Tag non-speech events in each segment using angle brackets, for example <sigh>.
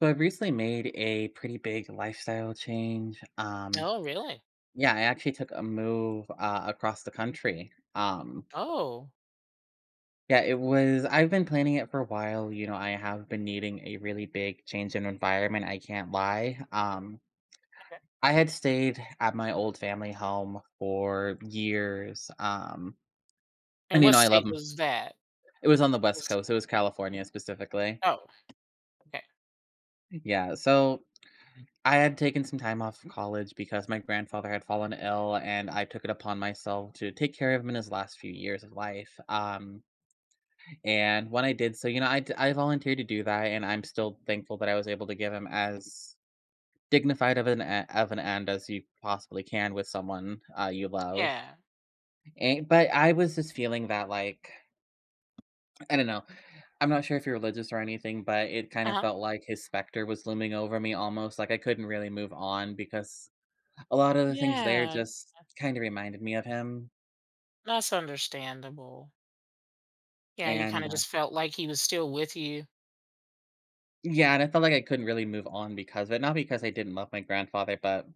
So I recently made a pretty big lifestyle change. Oh, really? Yeah, I actually took a move across the country. Oh. Yeah, it was. I've been planning it for a while. I have been needing a really big change in environment. I can't lie. Okay. I had stayed at my old family home for years. Um, And and what I love state them. was that? It was on the That West was Coast. It was California specifically. oh, okay. Yeah. So I had taken some time off from college because my grandfather had fallen ill, and I took it upon myself to take care of him in his last few years of life. And when I did so, I volunteered to do that, and I'm still thankful that I was able to give him as dignified of of an end as you possibly can with someone you love. Yeah. But I was just feeling that, like, I don't know, I'm not sure if you're religious or anything, but it kind of Uh-huh. felt like his specter was looming over me almost. Like I couldn't really move on because a lot of the things there Yeah, just kinda reminded me of him, that's understandable. Yeah, you and, kinda uh just felt like he was still with you. yeah, and I felt like I couldn't really move on because of it, not because I didn't love my grandfather, but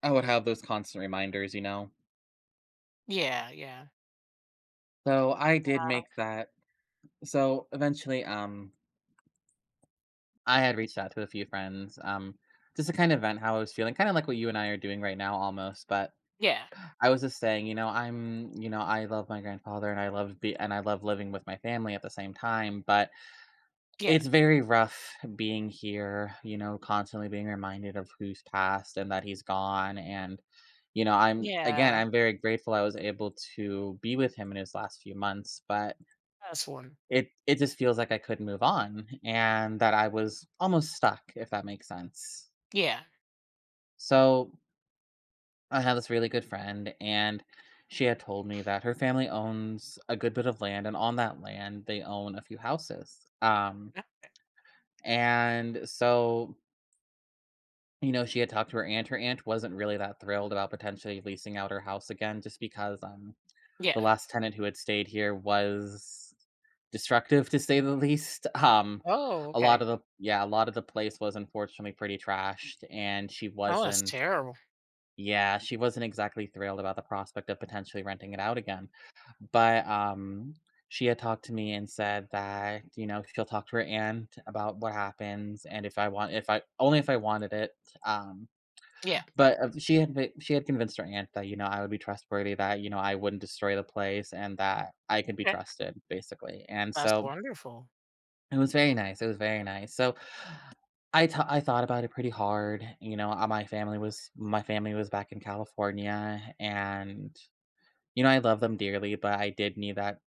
I would have those constant reminders, you know? Yeah, yeah. So, I did Uh, make that so, eventually, I had reached out to a few friends, just to kind of vent how I was feeling, kinda like what you and I are doing right now almost, but yeah, I was just saying, I love my grandfather and I love living with my family at the same time, but yeah, it's very rough being here, constantly being reminded of who's passed and that he's gone. And, I'm, again, yeah. I'm very grateful I was able to be with him in his last few months, but That's one. it just feels like I couldn't move on and that I was almost stuck, if that makes sense. Yeah. So I had this really good friend and she had told me that her family owns a good bit of land and on that land they own a few houses. Um, Yep, and so You know, she had talked to her aunt. Her aunt wasn't really that thrilled about potentially leasing out her house again just because, yeah. the last tenant who had stayed here was destructive to say the least. Um, Oh, a lot okay. of the yeah, a lot of the place was unfortunately pretty trashed and she Oh, that's wasn't terrible. yeah, she wasn't exactly thrilled about the prospect of potentially renting it out again. But, she had talked to me and said that, she'll talk to her aunt about what happens and if I want if I only if I wanted it, um Yeah. but she had convinced her aunt that, I would be trustworthy, that, I wouldn't destroy the place, and that I could be Okay. trusted, basically, and That's so wonderful. it was very nice, it was very nice. So, I thought about it pretty hard, my family was back in California, and, I love them dearly, but I did need that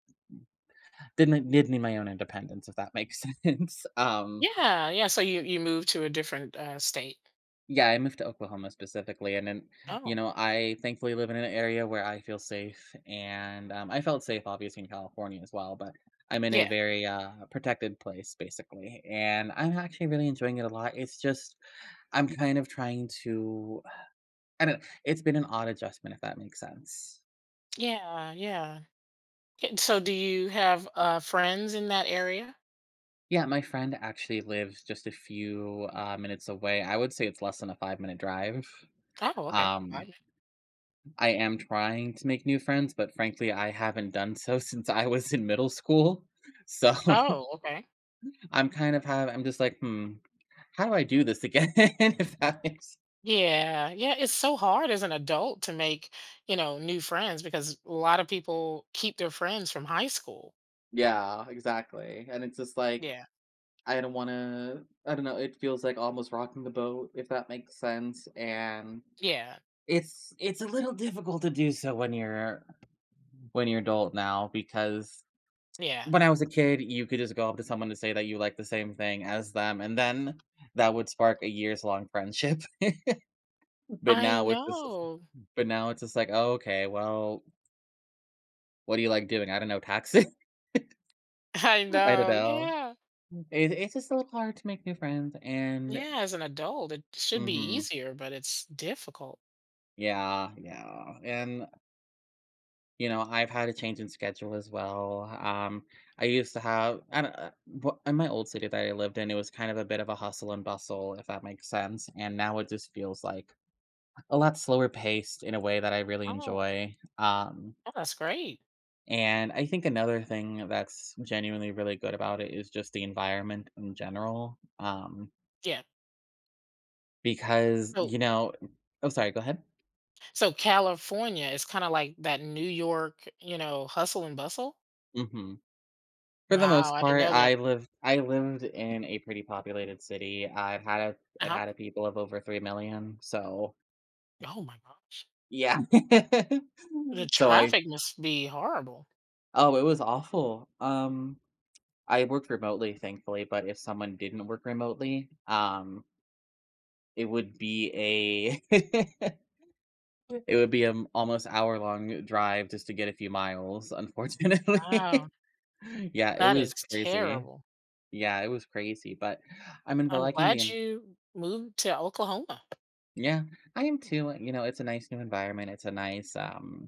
didn't did need my own independence, if that makes <laughs> sense. Yeah, yeah, so you moved to a different, state. Yeah, I moved to Oklahoma specifically, and then, Oh. I thankfully live in an area where I feel safe, and, I felt safe obviously in California as well, but I'm in a Yeah. very, protected place basically, and I'm actually really enjoying it a lot. It's just I'm kind of trying to I don't it's been an odd adjustment, if that makes sense. Yeah, yeah. K- So do you have friends in that area? Yeah, my friend actually lives just a few minutes away. I would say it's less than a 5-minute drive. Oh, okay. um I I am trying to make new friends, but frankly, I haven't done so <laughs> since I was in middle school. So Oh, okay. <laughs> I'm kind of have I'm just like, "Hmm, how do I do this again?" <laughs> If that makes Yeah. Yeah, it's so hard as an adult to make, you know, new friends because a lot of people keep their friends from high school. Yeah, exactly, and it's just like, Yeah. I don't know, it feels like almost rocking the boat, if that makes sense, and Yeah. it's a little difficult to do so when you're adult now because Yeah. when I was a kid, you could just go up to someone to say that you like the same thing as them, and then that would spark a years-long friendship. <laughs> But I now it's just know. but now it's just like, "Oh, okay, well, what do you like doing?" "I don't know, taxes." <laughs> <laughs> I I don't know. know. Yeah. It's just a little hard to make new friends, and Yeah, as an adult, it should be mhm, easier, but it's difficult. yeah, yeah, and, I've had a change in schedule as well. I used to have I don't w in my old city that I lived in, it was kind of a bit of a hustle and bustle, if that makes sense, and now it just feels like a lot slower paced in a way that I really Oh, enjoy. Oh, that's great. And I think another thing that's genuinely really good about it is just the environment in general, um, Yeah. because, So you know Oh, sorry, go ahead. so California is kind of like that New York, you know, hustle and bustle. Mhm. For the Wow, most I didn't part, know that. I lived in a pretty populated city. I've had a It Uh-huh. had a people of over 3,000,000, so Oh my gosh. yeah. <laughs> The So I traffic must be horrible. Oh, it was awful. I worked remotely, thankfully, but if someone didn't work remotely, It would be a <laughs> it would be an almost hour-long drive just to get a few miles, Wow, unfortunately. <laughs> Yeah, it that is was crazy. terrible. Yeah, it was crazy, but I'm in the I'm liking the glad en you moved to Oklahoma. yeah, I am too. It's a nice new environment, it's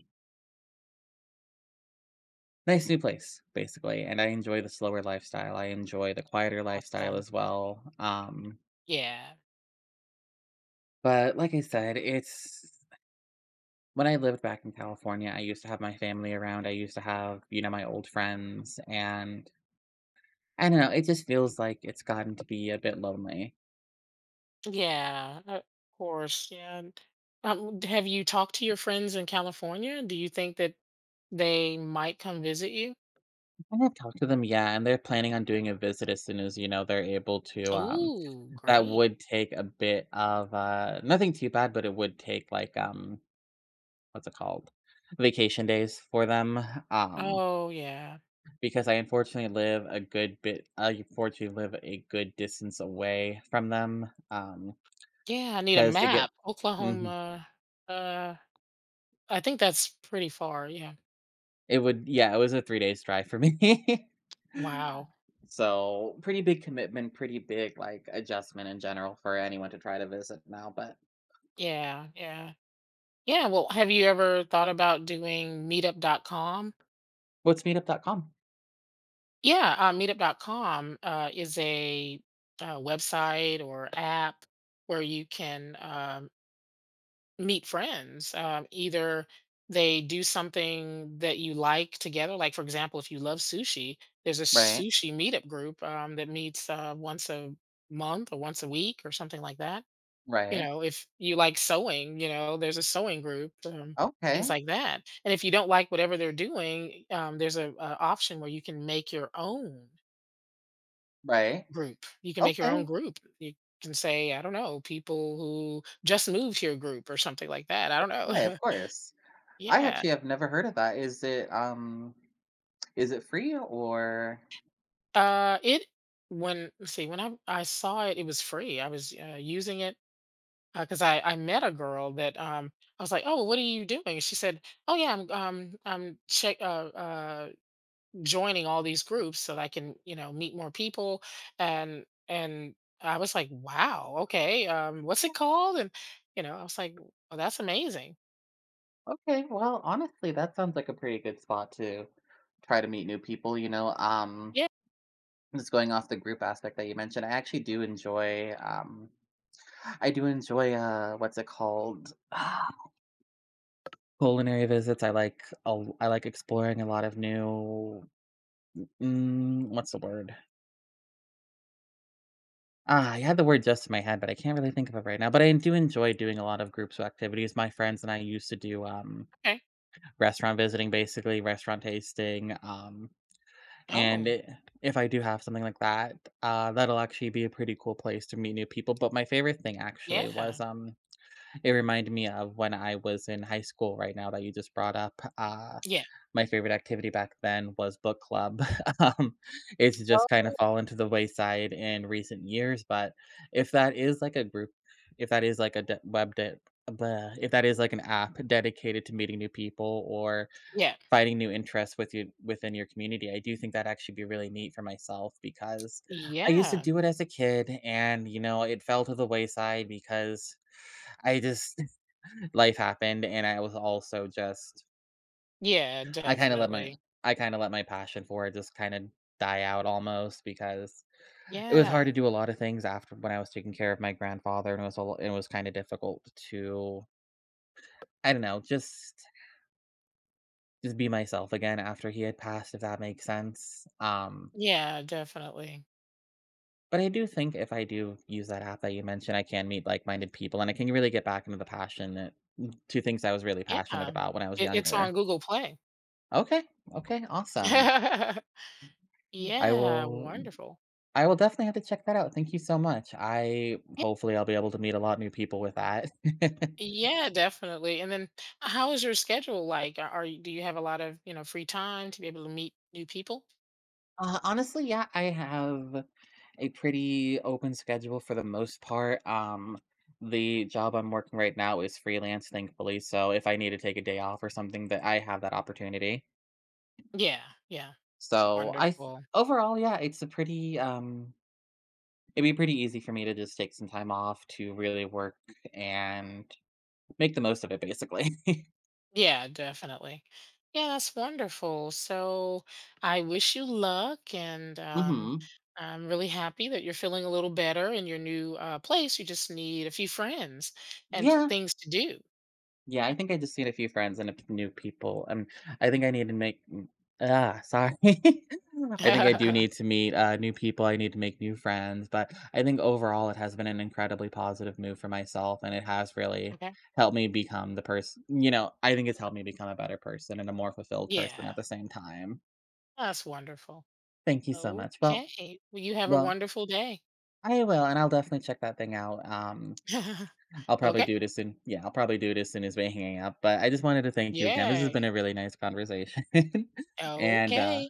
nice new place, basically, and I enjoy the slower lifestyle, I enjoy the quieter lifestyle Awesome. as well. Yeah. But like I said, it's when I lived back in California, I used to have my family around, I used to have, my old friends, and I don't know, it just feels like it's gotten to be a bit lonely. Yeah, of course. Yeah. And, have you talked to your friends in California? Do you think that they might come visit you? I haven't talked to them yet, and they're planning on doing a visit as soon as, they're able to. Oh, That great. would take a bit of, nothing too bad, but it would take, like, what's it called? Vacation days for them, um, Oh, yeah. because I unfortunately live a good distance away from them. Yeah, I need a Because they get map. Mhm. Oklahoma. Uh, I think that's pretty far. Yeah. It would yeah, it was a 3 days drive for me. <laughs> Wow. So, pretty big commitment, pretty big, like, adjustment in general for anyone to try to visit now. But Yeah, yeah. Yeah, well, have you ever thought about doing meetup.com? what's meetup.com? Yeah, meetup.com is a website or app where you can meet friends. Either they do something that you like together, like, for example, if you love sushi, there's a Right, sushi meetup group that meets once a month or once a week or something like that. You right. know, if you like sewing, you know, there's a sewing group, things Okay, like that. And if you don't like whatever they're doing, there's a option where you can make your own right. group. You can make your own Okay, group. You can say, I don't know, people who just moved here group or something like that. I don't right, know. of course. <laughs> I yeah. actually have never heard of that. Is it free or? It When let's see when I saw it, it was free. I was using it because I met a girl that I was like, oh, what are you doing? She said, oh yeah, I'm check uh joining all these groups so that I can, you know, meet more people. And I was like, wow, okay, what's it called? And you know, I was like, well, that's amazing. Okay, well, honestly, that sounds like a pretty good spot to try to meet new people. Yeah. Just going off the group aspect that you mentioned, I do enjoy, what's it called? <sighs> Culinary visits. I like exploring a lot of new what's the word? I had the word just in my head, but I can't really think of it right now, but I do enjoy doing a lot of groups of activities. My friends and I used to do, Okay. restaurant visiting, basically, restaurant tasting, and Oh, I if I do have something like that, that'll actually be a pretty cool place to meet new people, but my favorite thing actually was, yeah. It reminded me of when I was in high school right now that you just brought up. Yeah. My favorite activity back then was book club. <laughs> Um, it's just kind Oh, of fallen to the wayside in recent years, but if that is like a group, if that is like a de- web de- blah, if that is like an app dedicated to meeting new people or yeah. finding new interests with you within your community, I do think that actually be really neat for myself because I used to Yeah. do it as a kid and it fell to the wayside because I just life happened, and I was also just Yeah. I kinda let my Definitely. I kinda let my passion for it just kinda die out almost because it was hard Yeah. to do a lot of things after when I was taking care of my grandfather, and it was kinda difficult to I don't know, just be myself again after he had passed, if that makes sense. Yeah. Definitely. But I do think if I do use that app that you mentioned, I can meet like-minded people, and I can really get back into the passionate to things I was really passionate Yeah. about when I was It, it's on younger. Google Play. Okay, okay, awesome. <laughs> Mhm. I yeah. will Wonderful. I will definitely have to check that out. Thank you so much. I hopefully I'll be able to meet a lot of new people with that. <laughs> Yeah, definitely. And then how is your schedule like? Are you, do you have a lot of, you know, free time to be able to meet new people? Honestly, yeah, I have a pretty open schedule for the most part. The job I'm working right now is freelance, thankfully. So if I need to take a day off or something, that I have that opportunity. Yeah, yeah. It's So I th- wonderful. overall, yeah, it'd be pretty easy for me to just take some time off to really work and make the most of it, basically. <laughs> Yeah, definitely. Yeah, that's wonderful. So I wish you luck and hmm I'm really happy that you're feeling a little better in your new place. You just need a few friends and p- Yeah, things to do. yeah, I think I just need a few friends and a p new people. Um, I think I need to make m ah, Sorry. <laughs> I think I do Yeah. need to meet, new people, I need to make new friends, but I think overall it has been an incredibly positive move for myself, and it has <laughs> really okay. helped me become the person. I think it's helped me become a better person and a more fulfilled person at Yeah, the same time. that's wonderful. Thank you so much. Well Okay. Well, you have a well, wonderful day. I will, and I'll definitely check that thing out. <laughs> I'll probably Okay. do this soon. Yeah, I'll probably do this soon as we're hanging up. But I just wanted to thank you again. This has Yeah. been a really nice conversation. <laughs> and Okay.